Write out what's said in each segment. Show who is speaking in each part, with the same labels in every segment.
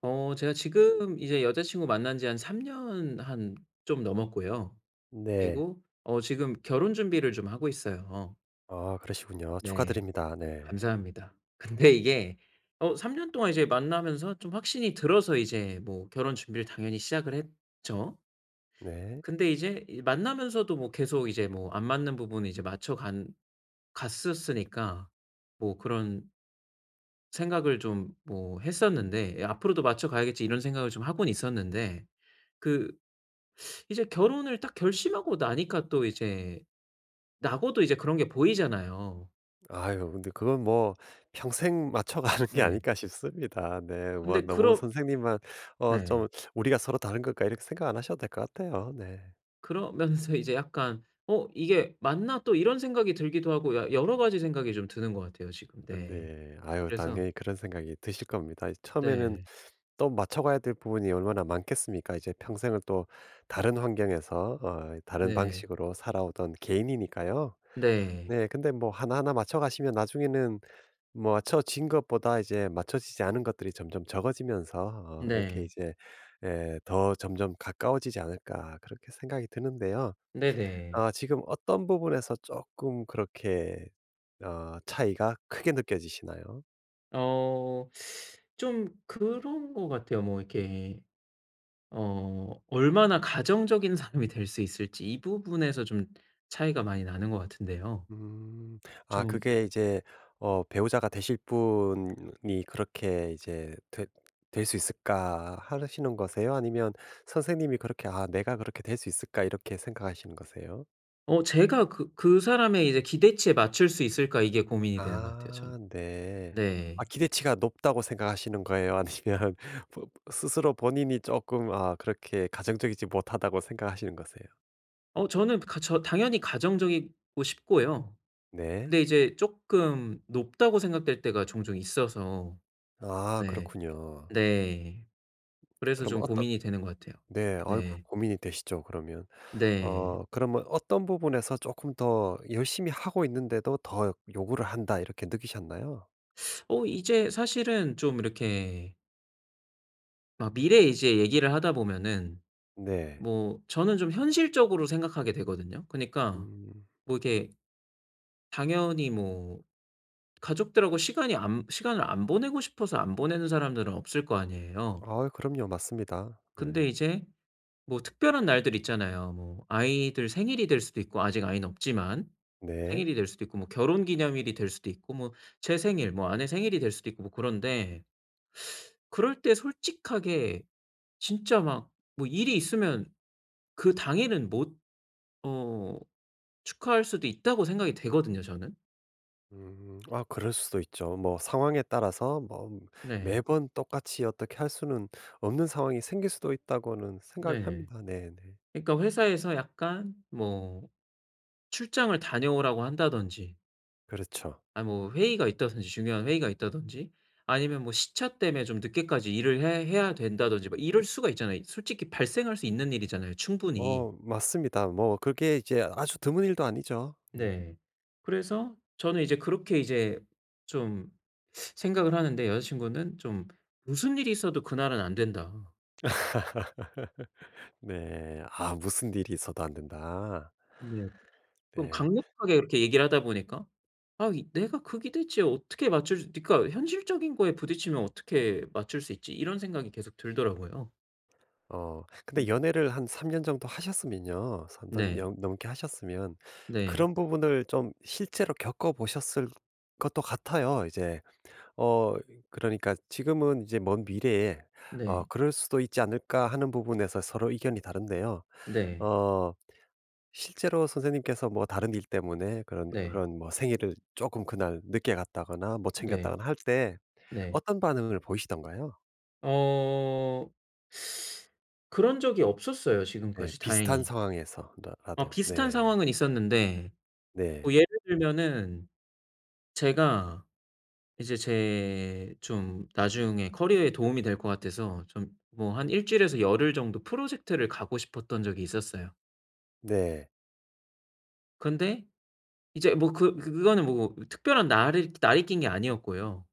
Speaker 1: 어 제가 지금 이제 여자친구 만난 지 한 3 년 한 좀 넘었고요.
Speaker 2: 네.
Speaker 1: 그리고 어 지금 결혼 준비를 좀 하고 있어요.
Speaker 2: 아 그러시군요.
Speaker 1: 네.
Speaker 2: 축하드립니다. 네.
Speaker 1: 감사합니다. 근데 이게 어 3 년 동안 이제 만나면서 좀 확신이 들어서 이제 뭐 결혼 준비를 당연히 시작을 했죠.
Speaker 2: 네.
Speaker 1: 근데 이제 이 만나면서도 뭐 계속 이제 뭐 안 맞는 부분을 이제 맞춰 간 갔었으니까 뭐 그런 생각을 좀 뭐 했었는데 '예 앞으로도 맞춰 가야겠지.' 이런 생각을 좀 하고는 있었는데 그 이제 결혼을 딱 결심하고 나니까 또 이제 나고도 이제 그런 게 보이잖아요.
Speaker 2: 아유 근데 그건 뭐 평생 맞춰가는 게
Speaker 1: 네.
Speaker 2: 아닐까 싶습니다. 네. 뭐
Speaker 1: 근데
Speaker 2: 너무
Speaker 1: 그러
Speaker 2: 선생님만
Speaker 1: 네.
Speaker 2: 좀 '우리가 서로 다른 걸까?' 이렇게 생각 안 하셔도 될 것 같아요. 네.
Speaker 1: 그러면서 이제 약간 '어 이게 맞나?' 또 이런 생각이 들기도 하고 야 여러 가지 생각이 좀 드는 것 같아요 지금. 네.
Speaker 2: 네. 아유
Speaker 1: 그래서
Speaker 2: 당연히 그런 생각이 드실 겁니다. 처음에는
Speaker 1: 네.
Speaker 2: 또 맞춰가야 될 부분이 얼마나 많겠습니까? 이제 평생을 또 다른 환경에서 다른
Speaker 1: 네.
Speaker 2: 방식으로 살아오던 개인이니까요.
Speaker 1: 네.
Speaker 2: 네. 근데 뭐 하나하나 맞춰가시면 나중에는 뭐 맞춰진 것보다 이제 맞춰지지 않은 것들이 점점 적어지면서 그렇게
Speaker 1: 네.
Speaker 2: 이제 예 더 점점 가까워지지 않을까 그렇게 생각이 드는데요.
Speaker 1: 네 네.
Speaker 2: 아 지금 어떤 부분에서 조금 그렇게 차이가 크게 느껴지시나요?
Speaker 1: 어 좀 그런 것 같아요. 뭐 이렇게 어 얼마나 가정적인 사람이 될 수 있을지 이 부분에서 좀 차이가 많이 나는 것 같은데요.
Speaker 2: 음. 아
Speaker 1: 좀
Speaker 2: 그게 이제 '배우자가 되실 분이 그렇게 이제 될 수 있을까?' 하시는 거세요? 아니면 선생님이 그렇게 '아 내가 그렇게 될 수 있을까?' 이렇게 생각하시는 거세요?
Speaker 1: 어 제가 그 사람의 이제 기대치에 맞출 수 있을까 이게 고민이 되는 것 같아요
Speaker 2: 아
Speaker 1: 저는.
Speaker 2: 네. 아
Speaker 1: 네.
Speaker 2: 기대치가 높다고 생각하시는 거예요? 아니면 보 스스로 본인이 조금 아 그렇게 가정적이지 못하다고 생각하시는 거세요?
Speaker 1: 어 저는 가 저 당연히 가정적이고 싶고요.
Speaker 2: 네.
Speaker 1: 근데 이제 쪼끔 높다고 생각될 때가 종종 있어서
Speaker 2: 아
Speaker 1: 네.
Speaker 2: 그렇군요.
Speaker 1: 네. 그래서
Speaker 2: 그럼
Speaker 1: 좀
Speaker 2: 어떤
Speaker 1: 고민이 되는 것 같아요.
Speaker 2: 네. 아이고
Speaker 1: 네.
Speaker 2: 고민이 되시죠 그러면.
Speaker 1: 네.
Speaker 2: 어 그러면 어떤 부분에서 조금 더 열심히 하고 있는데도 더 요구를 한다 이렇게 느끼셨나요?
Speaker 1: 어 이제 사실은 좀 이렇게 막 미래 이제 얘기를 하다 보면은
Speaker 2: 네.
Speaker 1: 뭐 저는 좀 현실적으로 생각하게 되거든요. 그니까
Speaker 2: 음.
Speaker 1: 뭐 이렇게 당연히 뭐 가족들하고 시간이 안 시간을 안 보내고 싶어서 안 보내는 사람들은 없을 거 아니에요.
Speaker 2: 아 그럼요. 맞습니다. 네.
Speaker 1: 근데 이제 뭐 특별한 날들 있잖아요. 뭐 아이들 생일이 될 수도 있고 아직 아이는 없지만
Speaker 2: 네.
Speaker 1: 생일이 될 수도 있고 뭐 결혼기념일이 될 수도 있고 뭐 제 생일 뭐 아내 생일이 될 수도 있고 뭐 그런데 그럴 때 솔직하게 진짜 막 뭐 일이 있으면 그 당일은 못 어 축하할 수도 있다고 생각이 되거든요 저는.
Speaker 2: 음. 아 그럴 수도 있죠. 뭐 상황에 따라서 뭐
Speaker 1: 네.
Speaker 2: 매번 똑같이 어떻게 할 수는 없는 상황이 생길 수도 있다고는 생각이
Speaker 1: 네.
Speaker 2: 합니다. 네네.
Speaker 1: 그러니까 회사에서 약간 뭐 출장을 다녀오라고 한다든지
Speaker 2: 그렇죠.
Speaker 1: 아니 뭐 회의가 있다든지 중요한 회의가 있다든지 아니면 뭐 시차 때문에 좀 늦게까지 일을 해 해야 된다든지 막 이럴 수가 있잖아요. 솔직히 발생할 수 있는 일이잖아요 충분히.
Speaker 2: 어 맞습니다. 뭐 그게 이제 아주 드문 일도 아니죠. 네.
Speaker 1: 네. 그래서 저는 이제 그렇게 이제 좀 생각을 하는데 여자 친구는 좀 "무슨 일이 있어도 그날은 안 된다."
Speaker 2: 네. 아 "무슨 일이 있어도 안 된다."
Speaker 1: 네. 좀
Speaker 2: 네.
Speaker 1: 강력하게 그렇게 얘기를 하다 보니까 아 이 내가 그게 대체 어떻게 맞출 수 그러니까 현실적인 거에 부딪히면 어떻게 맞출 수 있지 이런 생각이 계속 들더라고요.
Speaker 2: 어
Speaker 1: 음
Speaker 2: 근데 연애를 한 3년 정도 하셨으면요. 3년
Speaker 1: 네.
Speaker 2: 넘게 하셨으면
Speaker 1: 네.
Speaker 2: 그런 부분을 좀 실제로 겪어 보셨을 것도 같아요. 이제 어 그러니까 지금은 이제 먼 미래에
Speaker 1: 네.
Speaker 2: '그럴 수도 있지 않을까.' 하는 부분에서 서로 의견이 다른데요.
Speaker 1: 네.
Speaker 2: 어 실제로 선생님께서 뭐 다른 일 때문에 그런
Speaker 1: 네.
Speaker 2: 그런 뭐 생일을 조금 그날 늦게 갔다거나 못
Speaker 1: 네.
Speaker 2: 챙겼다거나 할 때
Speaker 1: 네.
Speaker 2: 어떤 반응을 보이시던가요?
Speaker 1: 어 그런 적이 없었어요
Speaker 2: 네.
Speaker 1: 지금까지
Speaker 2: 비슷한
Speaker 1: 다행히.
Speaker 2: 상황에서 라
Speaker 1: 어
Speaker 2: 라도.
Speaker 1: 비슷한
Speaker 2: 네.
Speaker 1: 상황은 있었는데 뭐
Speaker 2: 네.
Speaker 1: 예를 들면은 제가 이제 제 좀 나중에 커리어에 도움이 될 것 같아서 좀 뭐 한 일 주일에서 열흘 정도 프로젝트를 가고 싶었던 적이 있었어요.
Speaker 2: 네.
Speaker 1: 근데 이제 뭐 그 그거는 뭐 특별한 날이 낀 게 아니었고요.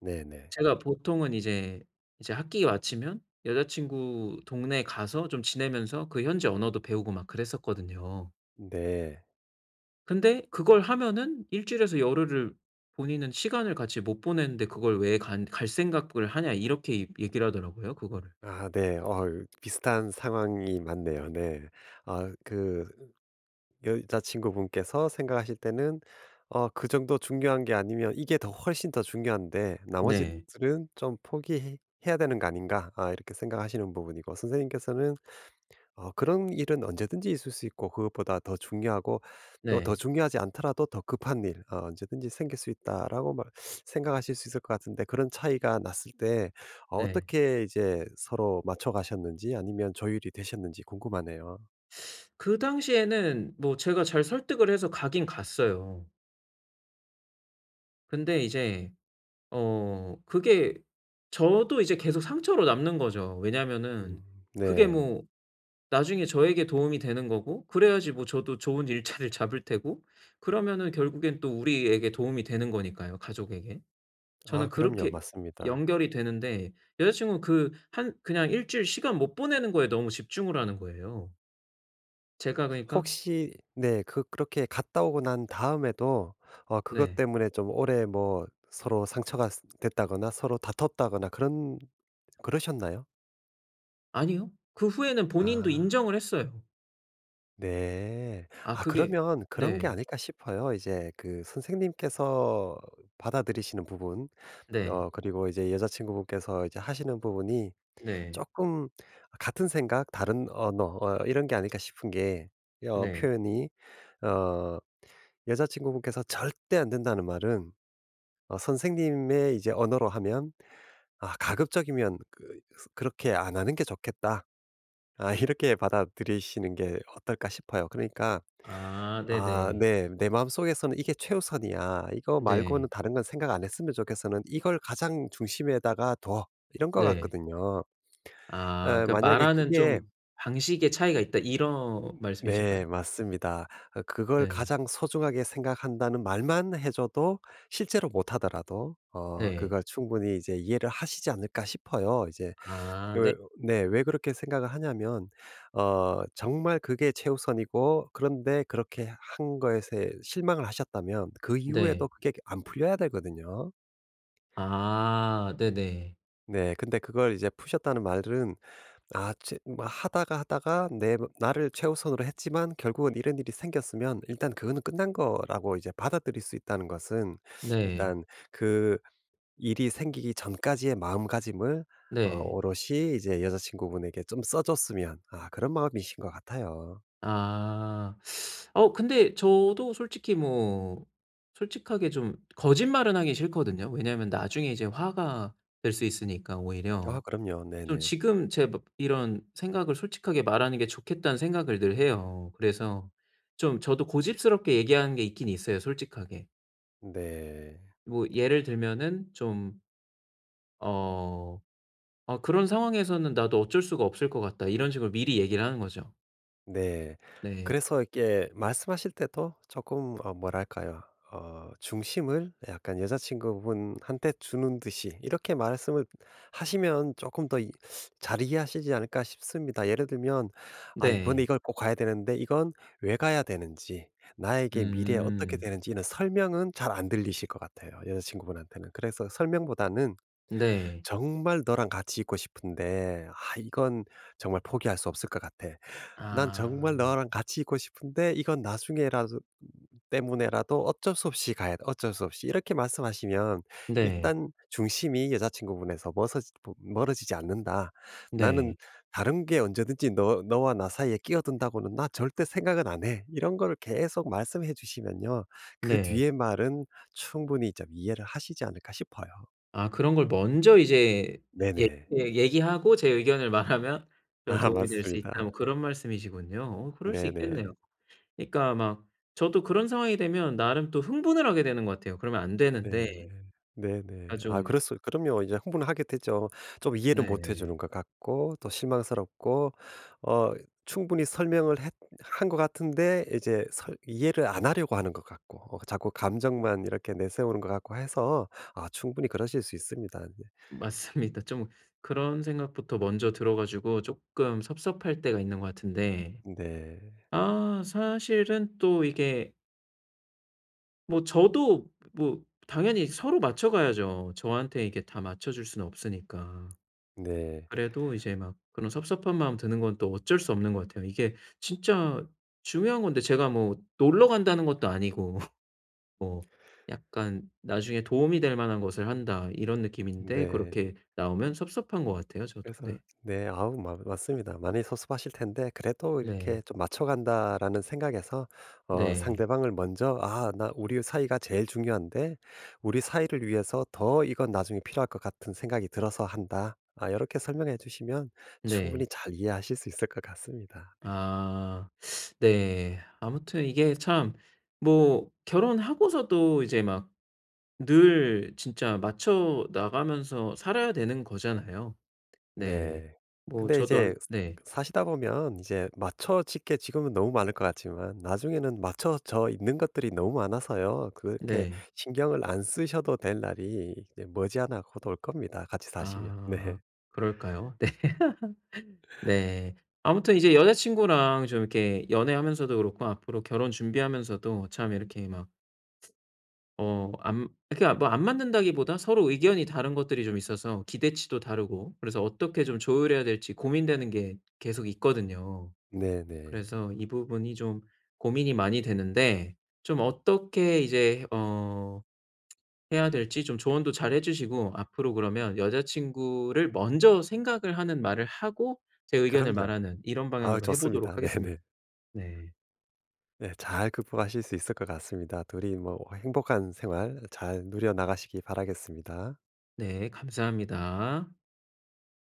Speaker 2: 네 네.
Speaker 1: 제가 보통은 이제 학기 마치면 여자 친구 동네에 가서 좀 지내면서 그 현지 언어도 배우고 막 그랬었거든요.
Speaker 2: 네.
Speaker 1: 근데 그걸 하면은 일 주일에서 열흘을 본인은 시간을 같이 못 보내는데 "그걸 왜 간 갈 생각을 하냐." 이렇게 이 얘기를 하더라고요 그거를.
Speaker 2: 아 네. 어 비슷한 상황이 맞네요. 네. 아그 여자친구분께서 생각하실 때는 그 정도 중요한 게 아니면 이게 더 훨씬 더 중요한데
Speaker 1: 네.
Speaker 2: 나머지들은 좀 포기해 야 되는 거 아닌가 아 이렇게 생각하시는 부분이고 선생님께서는 그런 일은 언제든지 있을 수 있고 그것보다 더 중요하고 또 더
Speaker 1: 네.
Speaker 2: 중요하지 않더라도 더 급한 일 언제든지 생길 수 있다라고 말 생각하실 수 있을 것 같은데 그런 차이가 났을 때
Speaker 1: 네.
Speaker 2: 어떻게 이제 서로 맞춰 가셨는지 아니면 조율이 되셨는지 궁금하네요.
Speaker 1: 그 당시에는 뭐 제가 잘 설득을 해서 가긴 갔어요. 근데 이제 어 그게 저도 이제 계속 상처로 남는 거죠. 왜냐면은 그게
Speaker 2: 네.
Speaker 1: 뭐 나중에 저에게 도움이 되는 거고 그래야지 뭐 저도 좋은 일자리를 잡을 테고 그러면은 결국엔 또 우리에게 도움이 되는 거니까요, 가족에게.
Speaker 2: 아
Speaker 1: 저는
Speaker 2: 그럼요.
Speaker 1: 그렇게
Speaker 2: 맞습니다.
Speaker 1: 연결이 되는데 여자 친구는 그 한 그냥 일 주일 시간 못 보내는 거에 너무 집중을 하는 거예요. 제가 그러니까
Speaker 2: 혹시 네 그 그렇게 갔다 오고 난 다음에도 그것
Speaker 1: 네.
Speaker 2: 때문에 좀 오래 뭐 서로 상처가 스 됐다거나 서로 다퉜다거나 그런 그러셨나요?
Speaker 1: 아니요. 그 후에는 본인도
Speaker 2: 아
Speaker 1: 인정을 했어요.
Speaker 2: 네.
Speaker 1: 아
Speaker 2: 아
Speaker 1: 그게
Speaker 2: 그러면 그런 게
Speaker 1: 네.
Speaker 2: 아닐까 싶어요. 이제 그 선생님께서 받아들이시는 부분
Speaker 1: 네.
Speaker 2: 그리고 이제 여자친구분께서 이제 하시는 부분이
Speaker 1: 네.
Speaker 2: 조금 같은 생각 다른 언어 이런 게 아닐까 싶은 게 어
Speaker 1: 네.
Speaker 2: 표현이 어 여자친구분께서 절대 안 된다는 말은 선생님의 이제 언어로 하면 '아 가급적이면 그렇게 안 하는 게 좋겠다.' 아 이렇게 받아들이시는 게 어떨까 싶어요. 그러니까
Speaker 1: 아
Speaker 2: '아
Speaker 1: 네네.
Speaker 2: 네. 내 마음속에서는 이게 최우선이야. 이거
Speaker 1: 네.
Speaker 2: 말고는
Speaker 1: 네.
Speaker 2: 다른 건 생각 안 했으면 좋겠어.'는 이걸 가장 중심에다가 둬 이런 거
Speaker 1: 네.
Speaker 2: 같거든요.
Speaker 1: 아
Speaker 2: 예
Speaker 1: 그러니까
Speaker 2: 만약에
Speaker 1: 말하는
Speaker 2: 그게
Speaker 1: 좀 방식의 차이가 있다 이런
Speaker 2: 네
Speaker 1: 말씀이실까요?
Speaker 2: 맞습니다. 그걸
Speaker 1: 네.
Speaker 2: 가장 소중하게 생각한다는 말만 해 줘도 실제로 못 하더라도
Speaker 1: 네.
Speaker 2: 그걸 충분히 이제 이해를 하시지 않을까 싶어요. 이제
Speaker 1: 아 네.
Speaker 2: 왜 네 왜 그렇게 생각을 하냐면 정말 그게 최우선이고 그런데 그렇게 한 것에 실망을 하셨다면 그 이후에도
Speaker 1: 네.
Speaker 2: 그게 안 풀려야 되거든요.
Speaker 1: 아 네네.
Speaker 2: 네 근데 그걸 이제 푸셨다는 말은 아 채 뭐 하다가 하다가 내 뭐 나를 최우선으로 했지만 결국은 이런 일이 생겼으면 일단 그거는 끝난 거라고 이제 받아들일 수 있다는 것은
Speaker 1: 네.
Speaker 2: 일단 그 일이 생기기 전까지의 마음가짐을
Speaker 1: 네.
Speaker 2: 오롯이 이제 여자친구분에게 좀 써 줬으면 아 그런 마음이신 것 같아요.
Speaker 1: 아. 어 근데 저도 솔직히 뭐 솔직하게 좀 거짓말은 하기 싫거든요. 왜냐하면 나중에 이제 화가 될 수 있으니까
Speaker 2: 아
Speaker 1: 오히려.
Speaker 2: 그럼요.
Speaker 1: 좀
Speaker 2: 네네.
Speaker 1: 지금 제 막 이런 생각을 솔직하게 말하는 게 좋겠다는 생각을 늘 해요. 그래서 좀 저도 고집스럽게 얘기하는 게 있긴 있어요 솔직하게.
Speaker 2: 네.
Speaker 1: 뭐 예를 들면은 좀 어 "아 그런 상황에서는 나도 어쩔 수가 없을 것 같다." 이런 식으로 미리 얘기를 하는 거죠.
Speaker 2: 네.
Speaker 1: 네.
Speaker 2: 그래서 이렇게 말씀하실 때도 조금 뭐랄까요? 중심을 약간 여자친구분한테 주는 듯이 이렇게 말씀을 하시면 조금 더 잘 이해하시지 않을까 싶습니다. 예를 들면 '아 이번에
Speaker 1: 네.
Speaker 2: 이걸 꼭 가야 되는데 이건 왜 가야 되는지 나에게 미래에 어떻게
Speaker 1: 음.
Speaker 2: 되는지' 이런 설명은 잘 안 들리실 것 같아요 여자친구분한테는. 그래서 설명보다는
Speaker 1: 네.
Speaker 2: "정말 너랑 같이 있고 싶은데 아 이건 정말 포기할 수 없을 것 같아." "난 정말
Speaker 1: 아.
Speaker 2: 너랑 같이 있고 싶은데 이건 나중에라도 때문에라도 어쩔 수 없이 가야 돼. 어쩔 수 없이." 이렇게 말씀하시면
Speaker 1: 네.
Speaker 2: 일단 중심이 멀어지지 않는다. "나는
Speaker 1: 네.
Speaker 2: 다른 게 언제든지 너 너와 나 사이에 끼어든다고는 나 절대 생각은 안 해." 이런 거를 계속 말씀해 주시면요. 그
Speaker 1: 네.
Speaker 2: 뒤에 말은 충분히 좀 이해를 하시지 않을까 싶어요.
Speaker 1: 아 그런 걸 먼저 이제 예
Speaker 2: 네네.
Speaker 1: 예 얘기하고 제 의견을 말하면 좀
Speaker 2: 아
Speaker 1: 도움이 될 수 있다 뭐
Speaker 2: 맞습니다.
Speaker 1: 그런 말씀이시군요. 어 그럴 수
Speaker 2: 네네.
Speaker 1: 있겠네요. 그러니까 막 저도 그런 상황이 되면 나름 또 흥분을 하게 되는 것 같아요. 그러면 안
Speaker 2: 네.
Speaker 1: 되는데
Speaker 2: 네네.
Speaker 1: 그러니까
Speaker 2: 아
Speaker 1: 좀
Speaker 2: 그랬어요. 그럼요. 이제 흥분하게 되죠. 좀 이해를 못 해 주는
Speaker 1: 네.
Speaker 2: 것 같고 또 실망스럽고 어 충분히 설명을 했 한 것 같은데 이제 설 이해를 안 하려고 하는 것 같고 자꾸 감정만 이렇게 내세우는 것 같고 해서 아 충분히 그러실 수 있습니다. 네.
Speaker 1: 맞습니다. 좀 그런 생각부터 먼저 들어 가지고 조금 섭섭할 때가 있는 것 같은데
Speaker 2: 네.
Speaker 1: 아 사실은 또 이게 뭐 저도 뭐 당연히 서로 맞춰 가야죠. 저한테 이게 다 맞춰 줄 수는 없으니까.
Speaker 2: 네.
Speaker 1: 그래도 이제 막 그런 섭섭한 마음 드는 건 또 어쩔 수 없는 것 같아요. 이게 진짜 중요한 건데 제가 뭐 놀러 간다는 것도 아니고 뭐 약간 '나중에 도움이 될 만한 것을 한다.' 이런 느낌인데
Speaker 2: 네.
Speaker 1: 그렇게 나오면 섭섭한 것 같아요 저도.
Speaker 2: 그래서
Speaker 1: 네.
Speaker 2: 네. 아우 마 맞습니다. 많이 섭섭하실 텐데 그래도 이렇게
Speaker 1: 네.
Speaker 2: 좀 '맞춰 간다.'라는 생각에서
Speaker 1: 네.
Speaker 2: 상대방을 먼저 '아 나 우리 사이가 제일 중요한데 우리 사이를 위해서 더 이건 나중에 필요할 것 같은 생각이 들어서 한다.' 아 이렇게 설명해 주시면 충분히
Speaker 1: 네.
Speaker 2: 잘 이해하실 수 있을 것 같습니다. 네.
Speaker 1: 아 네. 아무튼 이게 참 뭐 결혼하고서도 이제 막 늘 진짜 맞춰 나가면서 살아야 되는 거잖아요. 네.
Speaker 2: 네.
Speaker 1: 뭐
Speaker 2: 근데
Speaker 1: 저도 아
Speaker 2: 이제
Speaker 1: 네.
Speaker 2: 사시다 보면 이제 맞춰짓게 지금은 너무 많을 것 같지만 나중에는 맞춰져 있는 것들이 너무 많아서요. 그렇게
Speaker 1: 네.
Speaker 2: 신경을 안 쓰셔도 될 날이 이제 머지않아 곧 올 겁니다. 같이 사시면.
Speaker 1: 아
Speaker 2: 네.
Speaker 1: 그럴까요? 네. 네. 아무튼 이제 여자친구랑 좀 이렇게 연애하면서도 그렇고 앞으로 결혼 준비하면서도 참 이렇게 막 어 안 그러니까 뭐 안 맞는다기보다 서로 의견이 다른 것들이 좀 있어서 기대치도 다르고 그래서 어떻게 좀 조율해야 될지 고민되는 게 계속 있거든요.
Speaker 2: 네네.
Speaker 1: 그래서 이 부분이 좀 고민이 많이 되는데 좀 어떻게 이제 어 해야 될지 좀 조언도 잘 해 주시고 앞으로 그러면 여자친구를 먼저 생각을 하는 말을 하고 제 의견을
Speaker 2: 그럼요.
Speaker 1: 말하는 이런
Speaker 2: 아우
Speaker 1: 방향으로 해
Speaker 2: 좋습니다.
Speaker 1: 보도록 하겠습니다.
Speaker 2: 네네.
Speaker 1: 네.
Speaker 2: 네. 잘 극복하실 수 있을 것 같습니다. 둘이 뭐 행복한 생활 잘 누려 나가시기 바라겠습니다.
Speaker 1: 네 감사합니다.